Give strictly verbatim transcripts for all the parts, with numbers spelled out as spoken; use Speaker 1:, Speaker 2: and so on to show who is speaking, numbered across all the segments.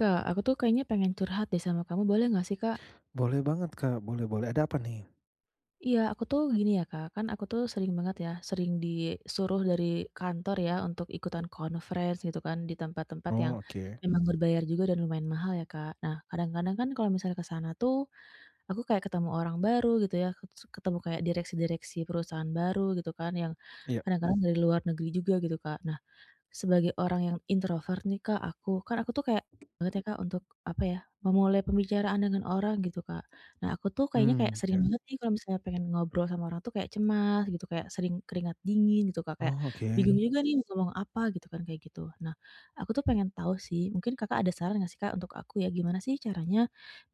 Speaker 1: Kak, aku tuh kayaknya pengen curhat deh sama kamu, boleh nggak sih, Kak?
Speaker 2: Boleh banget, Kak, boleh, boleh. Ada apa nih?
Speaker 1: Iya, aku tuh gini ya, Kak, kan aku tuh sering banget ya, sering disuruh dari kantor ya untuk ikutan conference gitu kan di tempat-tempat yang
Speaker 2: Oh, oke.
Speaker 1: memang berbayar juga dan lumayan mahal ya, Kak. Nah, kadang-kadang kan kalau misalnya ke sana tuh aku kayak ketemu orang baru gitu ya, ket- ketemu kayak direksi-direksi perusahaan baru gitu kan yang
Speaker 2: Iya.
Speaker 1: kadang-kadang dari luar negeri juga gitu, Kak. Nah, sebagai orang yang introvert nih Kak aku, kan aku tuh kayak banget ya Kak untuk apa ya, memulai pembicaraan dengan orang gitu Kak. Nah aku tuh kayaknya kayak
Speaker 2: Mmm.
Speaker 1: sering
Speaker 2: Ya.
Speaker 1: banget nih kalau misalnya pengen ngobrol sama orang tuh kayak cemas gitu, kayak sering keringat dingin gitu Kak, kayak
Speaker 2: Oh, oke.
Speaker 1: bingung juga nih mau ngomong apa gitu kan, kayak gitu. Nah aku tuh pengen tahu sih, mungkin Kakak ada saran nggak sih Kak untuk aku ya, gimana sih caranya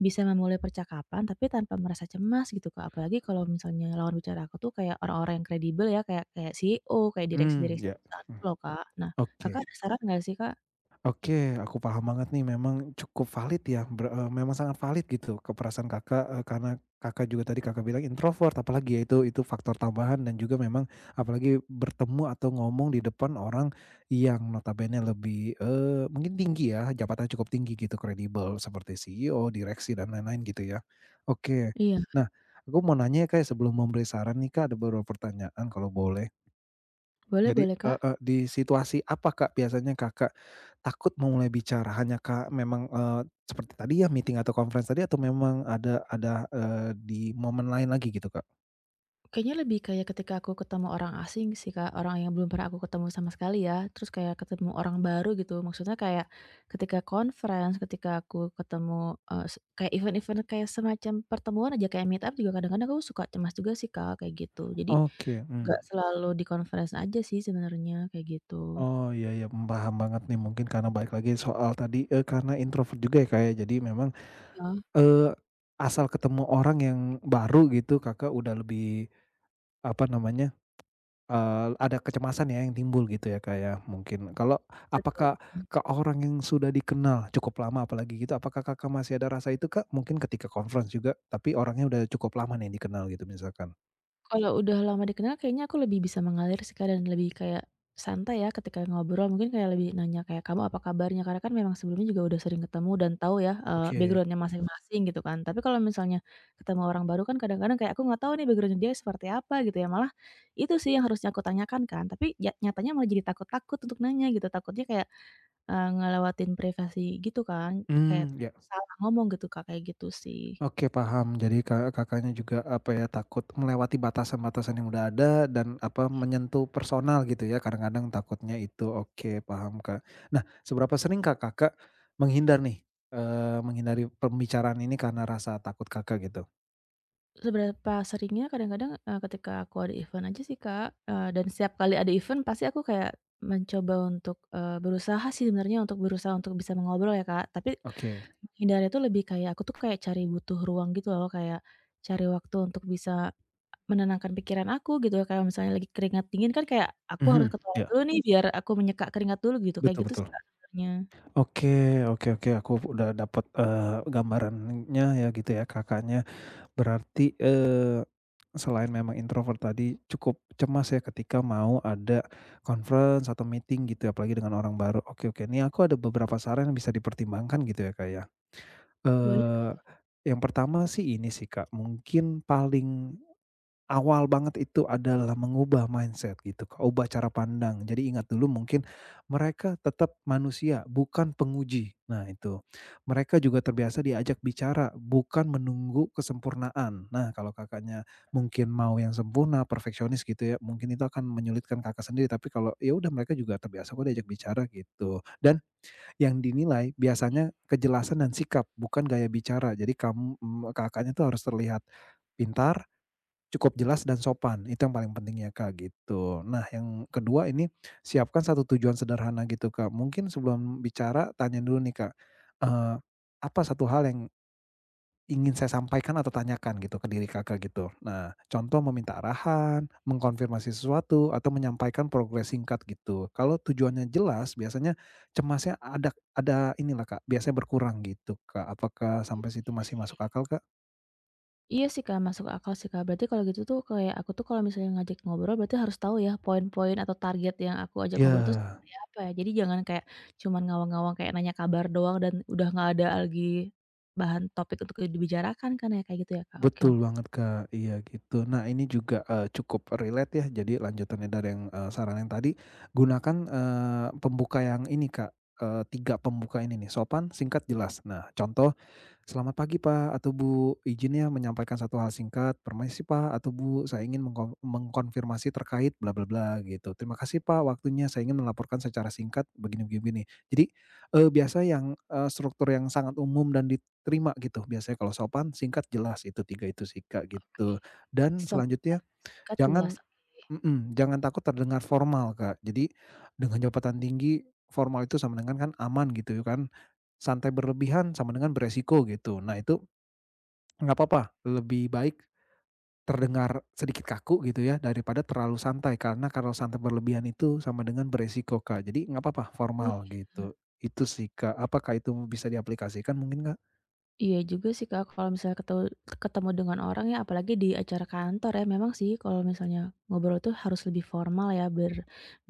Speaker 1: bisa memulai percakapan tapi tanpa merasa cemas gitu Kak? Apalagi kalau misalnya lawan bicara aku tuh kayak orang-orang yang kredibel ya, kayak kayak C E O, kayak
Speaker 2: Mmm,
Speaker 1: direksi-direksi
Speaker 2: ya.
Speaker 1: perusahaan
Speaker 2: Mmm,
Speaker 1: gitu loh Kak. Nah
Speaker 2: oke.
Speaker 1: Kakak ada saran nggak sih, Kak?
Speaker 2: Oke, aku paham banget nih memang cukup valid ya, ber eee, memang sangat valid gitu ke Kakak, eee, karena Kakak juga tadi Kakak bilang introvert apalagi ya itu itu faktor tambahan dan juga memang apalagi bertemu atau ngomong di depan orang yang notabene lebih, eee, mungkin tinggi ya, jabatan cukup tinggi gitu, kredibel seperti C E O, direksi dan lain-lain gitu ya. Oke,
Speaker 1: Iya,
Speaker 2: nah aku mau nanya ya Kak, sebelum memberi saran nih Kak, ada beberapa pertanyaan kalau boleh?
Speaker 1: boleh
Speaker 2: Jadi,
Speaker 1: boleh,
Speaker 2: eee
Speaker 1: Kak.
Speaker 2: eee, di situasi apa, Kak, biasanya Kakak takut memulai bicara? Hanya ka memang, eee, seperti tadi ya meeting atau conference tadi atau memang ada ada, eee, di momen lain lagi gitu, Kak?
Speaker 1: Kayaknya lebih kayak ketika aku ketemu orang asing sih, Kak, orang yang belum pernah aku ketemu sama sekali ya, terus kayak ketemu orang baru gitu, maksudnya kayak ketika conference, ketika aku ketemu, eee, se kayak event-event kayak semacam pertemuan aja, kayak meet up juga kadang-kadang aku suka cemas juga sih, Kak, kayak gitu. Jadi
Speaker 2: Oke, mmm.
Speaker 1: nggak selalu di conference aja sih sebenarnya, kayak gitu.
Speaker 2: Oh, iya, iya, mmm, paham banget nih mungkin karena balik lagi soal tadi, eee, karena introvert juga ya, Kak, ya. Jadi memang,
Speaker 1: Iya,
Speaker 2: eee, asal ketemu orang yang baru gitu Kakak udah lebih, apa namanya, Eee, ada kecemasan ya yang timbul gitu ya, Kak, ya mungkin. Kalau
Speaker 1: betul.
Speaker 2: apakah ke orang yang sudah dikenal cukup lama apalagi gitu, apakah Kakak masih ada rasa itu, Kak? Mungkin ketika conference juga, tapi orangnya udah cukup lama nih dikenal gitu misalkan.
Speaker 1: Kalau udah lama dikenal kayaknya aku lebih bisa mengalir sih, Kak, dan lebih kayak santai ya ketika ngobrol, mungkin kayak lebih nanya kayak, "Kamu apa kabarnya?" Karena kan memang sebelumnya juga udah sering ketemu dan tahu ya, eee,
Speaker 2: Oke,
Speaker 1: background masing-masing gitu kan. Tapi kalau misalnya ketemu orang baru kan kadang-kadang kayak aku nggak tahu nih backgroundnya dia seperti apa gitu ya, malah itu sih yang harusnya aku tanyakan kan, tapi ya nyatanya malah jadi takut-takut untuk nanya gitu, takutnya kayak, eee, ngelewatin privasi gitu kan, kayak
Speaker 2: hmm, ya.
Speaker 1: salah ngomong gitu, Kak, kayak gitu sih.
Speaker 2: Oke, paham. Jadi Ka Kakaknya juga, apa ya, takut melewati batasan-batasan yang udah ada dan, apa, menyentuh personal gitu ya, kadang-kadang takutnya itu. Oke, paham, Kak. Nah, seberapa sering Kak, Kakak menghindar nih, eee, menghindari pembicaraan ini karena rasa takut Kakak gitu?
Speaker 1: Seberapa seringnya kadang-kadang, eee, ketika aku ada event aja sih, Kak, eee, dan setiap kali ada event pasti aku kayak mencoba untuk, eee, berusaha sih sebenarnya untuk berusaha untuk bisa mengobrol ya, Kak, tapi
Speaker 2: Oke.
Speaker 1: menghindari itu lebih kayak aku tuh kayak cari butuh ruang gitu loh, kayak cari waktu untuk bisa menenangkan pikiran aku gitu, ya, kayak misalnya lagi keringat dingin kan kayak aku harus
Speaker 2: Mhm.
Speaker 1: ke toilet
Speaker 2: Ya.
Speaker 1: dulu nih biar aku menyeka keringat dulu gitu, kayak
Speaker 2: Betul,
Speaker 1: gitu sih,
Speaker 2: betul.
Speaker 1: Kak, sebenarnya.
Speaker 2: Oke, oke, oke, aku udah dapat gambarannya ya gitu ya, Kakaknya. Berarti, eee, selain memang introvert tadi cukup cemas ya ketika mau ada conference atau meeting gitu ya, apalagi dengan orang baru. Oke, oke, ini aku ada beberapa saran yang bisa dipertimbangkan gitu ya, Kak, ya.
Speaker 1: Boleh
Speaker 2: Eee, yang pertama sih ini sih, Kak, mungkin paling awal banget itu adalah mengubah mindset gitu, Kak, ubah cara pandang. Jadi ingat dulu mungkin mereka tetap manusia, bukan penguji. Nah itu. Mereka juga terbiasa diajak bicara, bukan menunggu kesempurnaan. Nah, kalau Kakaknya mungkin mau yang sempurna, perfeksionis gitu ya, mungkin itu akan menyulitkan Kakak sendiri. Tapi kalau ya udah mereka juga terbiasa kok diajak bicara gitu. Dan yang dinilai biasanya kejelasan dan sikap, bukan gaya bicara. Jadi kamu, mmm, Kakaknya tuh harus terlihat pintar, cukup jelas dan sopan, itu yang paling penting ya, Kak, gitu. Nah, yang kedua ini siapkan satu tujuan sederhana gitu, Kak. Mungkin sebelum bicara tanya dulu nih, Kak, eee, apa satu hal yang ingin saya sampaikan atau tanyakan gitu ke diri Kakak gitu. Nah, contoh meminta arahan, mengkonfirmasi sesuatu, atau menyampaikan progres singkat gitu. Kalau tujuannya jelas biasanya cemasnya ada ada inilah, Kak, biasanya berkurang gitu, Kak. Apakah sampai situ
Speaker 1: nggak
Speaker 2: masih masuk
Speaker 1: sih?
Speaker 2: akal, Kak?
Speaker 1: Iya sih, Kak, masuk akal sih, Kak. Berarti kalau gitu tuh kayak aku tuh kalau misalnya ngajak ngobrol berarti harus tahu ya poin-poin atau target yang aku ajak ngobrol tuh
Speaker 2: Iya.
Speaker 1: seperti apa ya. Jadi jangan kayak cuman ngawang-ngawang kayak nanya kabar doang dan udah nggak ada lagi bahan topik untuk dibicarakan kan ya, kayak gitu ya, Kak? Oke
Speaker 2: Betul
Speaker 1: oke.
Speaker 2: banget, Kak. Iya, gitu. Nah, ini juga, eee, cukup relate ya, jadi lanjutannya dari yang, eee, saran yang tadi, gunakan, eee, pembuka yang ini, Kak, eee, tiga pembuka ini nih, sopan, singkat, jelas. Nah, contoh, "Selamat pagi, Pak atau Bu, izin ya menyampaikan satu hal singkat. Permisi, Pak atau Bu, saya ingin mengkon mengkonfirmasi terkait bla bla bla," gitu. "Terima kasih, Pak, waktunya. Saya ingin melaporkan secara singkat begini begini begini." Jadi, eee, biasa yang, eee, struktur yang sangat umum dan di terima gitu. Biasanya kalau sopan, singkat, jelas itu tiga itu sih, Kak, gitu. Dan
Speaker 1: Sep
Speaker 2: selanjutnya jangan
Speaker 1: jelas.
Speaker 2: mhm, jangan takut terdengar formal, Kak. Jadi dengan jabatan tinggi, formal itu sama dengan kan aman gitu kan, santai berlebihan sama dengan beresiko gitu. Nah itu nggak apa apa, lebih baik terdengar sedikit kaku gitu ya daripada terlalu santai, karena kalau santai berlebihan itu sama dengan beresiko, Kak. Jadi nggak apa apa formal gitu. Itu sih, Kak. Apakah itu bisa diaplikasikan mungkin, Kak?
Speaker 1: Iya juga sih, Kak, kalau misalnya ketemu ketemu dengan orang ya, apalagi di acara kantor ya, memang sih kalau misalnya ngobrol tuh harus lebih formal ya, biar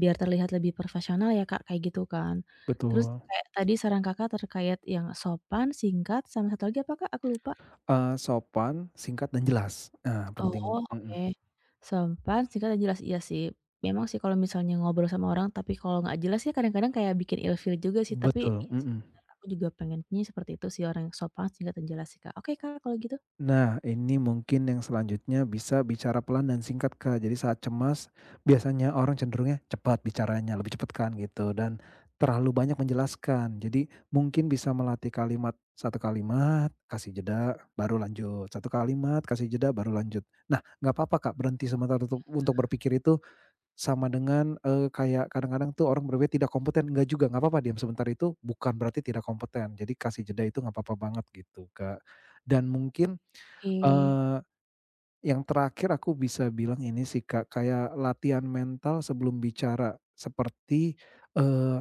Speaker 1: biar terlihat lebih profesional ya, Kak, kayak gitu kan. Terus
Speaker 2: Betul.
Speaker 1: kayak tadi saran Kakak terkait yang sopan, singkat, sama satu lagi apa, Kak? Aku lupa.
Speaker 2: Eee, sopan, singkat, dan jelas. Nah, penting.
Speaker 1: Oh,
Speaker 2: Mhm,
Speaker 1: oke. Sopan, singkat, dan jelas. Iya sih, memang sih kalau misalnya ngobrol sama orang tapi kalau nggak jelas ya kadang-kadang kayak bikin ilfeel juga sih, tapi
Speaker 2: betul,
Speaker 1: iya sih
Speaker 2: mhm.
Speaker 1: bener, aku juga pengennya seperti itu sih, orang yang sopan, singkat, dan jelas sih, Kak. Oke, Kak, kalau gitu.
Speaker 2: Nah, ini mungkin yang selanjutnya bisa bicara pelan dan singkat, Kak. Jadi saat cemas, biasanya orang cenderungnya cepat bicaranya, lebih cepat kan gitu, dan terlalu banyak menjelaskan. Jadi mungkin bisa melatih kalimat, satu kalimat, kasih jeda, baru lanjut, satu kalimat, kasih jeda, baru lanjut. Nah, nggak apa-apa, Kak, berhenti sebentar untuk untuk berpikir itu sama dengan, eee, kayak kadang-kadang tuh orang berwed tidak kompeten, enggak juga, enggak apa-apa diam sebentar itu bukan berarti tidak kompeten. Jadi kasih jeda itu enggak apa-apa banget gitu, Kak. Dan mungkin,
Speaker 1: Oke.
Speaker 2: eee, yang terakhir aku bisa bilang ini sih, Kak, kayak latihan mental sebelum bicara. Seperti, eee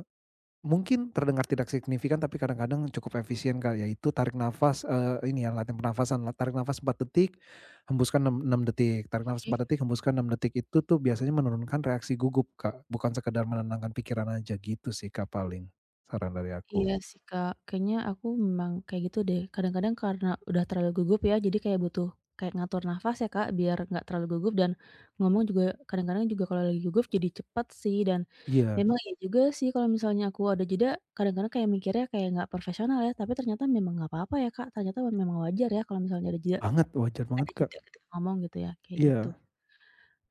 Speaker 2: Mungkin terdengar tidak signifikan, tapi kadang-kadang cukup efisien, Kak, yaitu tarik nafas, eee, ini ya latihan pernafasan, la tarik nafas empat detik, hembuskan enam 6 detik, tarik nafas
Speaker 1: Ih,
Speaker 2: empat detik, hembuskan enam detik, itu tuh biasanya menurunkan reaksi gugup, Kak, bukan sekedar menenangkan pikiran aja gitu sih, Kak, paling saran dari aku.
Speaker 1: iya sih, Kak. Kayaknya aku memang kayak gitu deh. Kadang-kadang karena udah terlalu gugup ya, jadi kayak butuh kayak ngatur nafas ya, Kak, biar nggak terlalu gugup dan ngomong juga kadang-kadang juga kalau lagi gugup jadi cepat sih dan
Speaker 2: Iya,
Speaker 1: memang iya juga sih kalau misalnya aku ada jeda, kadang-kadang kayak mikirnya kayak nggak profesional ya, tapi ternyata memang nggak apa-apa ya, Kak. Ternyata memang wajar ya kalau misalnya ada jeda
Speaker 2: banget, wajar banget,
Speaker 1: ada
Speaker 2: Kak,
Speaker 1: jeda ketika ngomong gitu ya, kayak gitu.
Speaker 2: iya.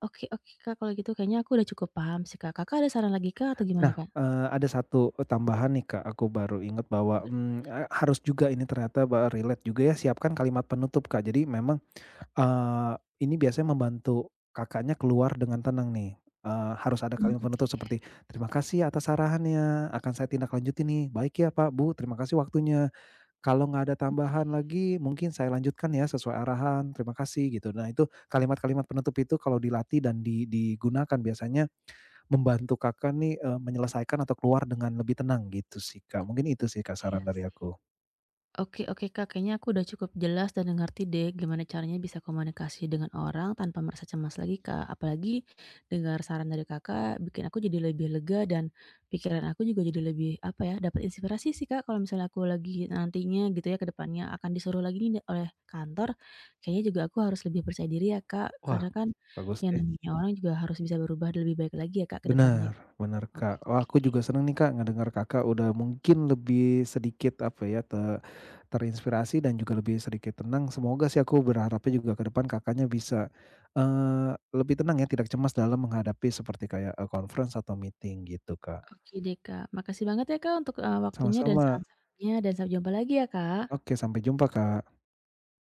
Speaker 1: Oke oke, Kak, kalau gitu kayaknya aku udah cukup paham sih, Kak. Kakak ada saran lagi, Kak, atau gimana,
Speaker 2: Nah,
Speaker 1: Kak?
Speaker 2: eee, ada satu, eee, tambahan nih, Kak, aku baru ingat bahwa,
Speaker 1: Boleh.
Speaker 2: mmm, eee, harus juga ini ternyata ba relate juga ya, siapkan kalimat penutup, Kak. Jadi memang. Eee, ini biasanya membantu Kakaknya keluar dengan tenang nih, eee, harus ada
Speaker 1: Hmm,
Speaker 2: kalimat penutup seperti, "Terima kasih atas sarannya, akan saya tindak lanjuti nih. Baik ya Pak, Bu, terima kasih waktunya. Kalau nggak ada tambahan lagi mungkin saya lanjutkan ya sesuai arahan, terima kasih," gitu. Nah itu kalimat-kalimat penutup itu kalau dilatih dan di digunakan biasanya membantu Kakak nih, eee, menyelesaikan atau keluar dengan lebih tenang gitu sih Kak, mungkin itu sih Kak saran
Speaker 1: iya
Speaker 2: dari
Speaker 1: sih.
Speaker 2: aku.
Speaker 1: Oke oke Kak, kayaknya aku udah cukup jelas dan ngerti deh gimana caranya bisa komunikasi dengan orang tanpa merasa cemas lagi Kak. Apalagi dengar saran dari Kakak bikin aku jadi lebih lega dan pikiran aku juga jadi lebih apa ya, dapat inspirasi sih Kak kalau misalnya aku lagi nantinya gitu ya ke depannya akan disuruh lagi nih oleh kantor, kayaknya juga aku harus lebih percaya diri ya Kak.
Speaker 2: Wah,
Speaker 1: Karena kan
Speaker 2: bagus
Speaker 1: yang
Speaker 2: deh.
Speaker 1: namanya orang juga harus bisa berubah lebih baik lagi ya Kak ke depannya.
Speaker 2: Benar, benar,
Speaker 1: Oke
Speaker 2: Kak. Wah, aku
Speaker 1: oke.
Speaker 2: juga senang nih, Kak, ngedengar Kakak udah mungkin lebih sedikit, apa ya, te terinspirasi dan juga lebih sedikit tenang. Semoga sih aku berharapnya juga ke depan Kakaknya bisa, eee, lebih tenang ya, tidak cemas dalam menghadapi seperti kayak, eee, conference atau meeting gitu, Kak.
Speaker 1: Oke deh Kak, makasih banget ya Kak untuk, eee, waktunya dan
Speaker 2: Sama-sama.
Speaker 1: saran-sarannya dan sampai jumpa lagi ya Kak.
Speaker 2: Oke, sampai jumpa, Kak.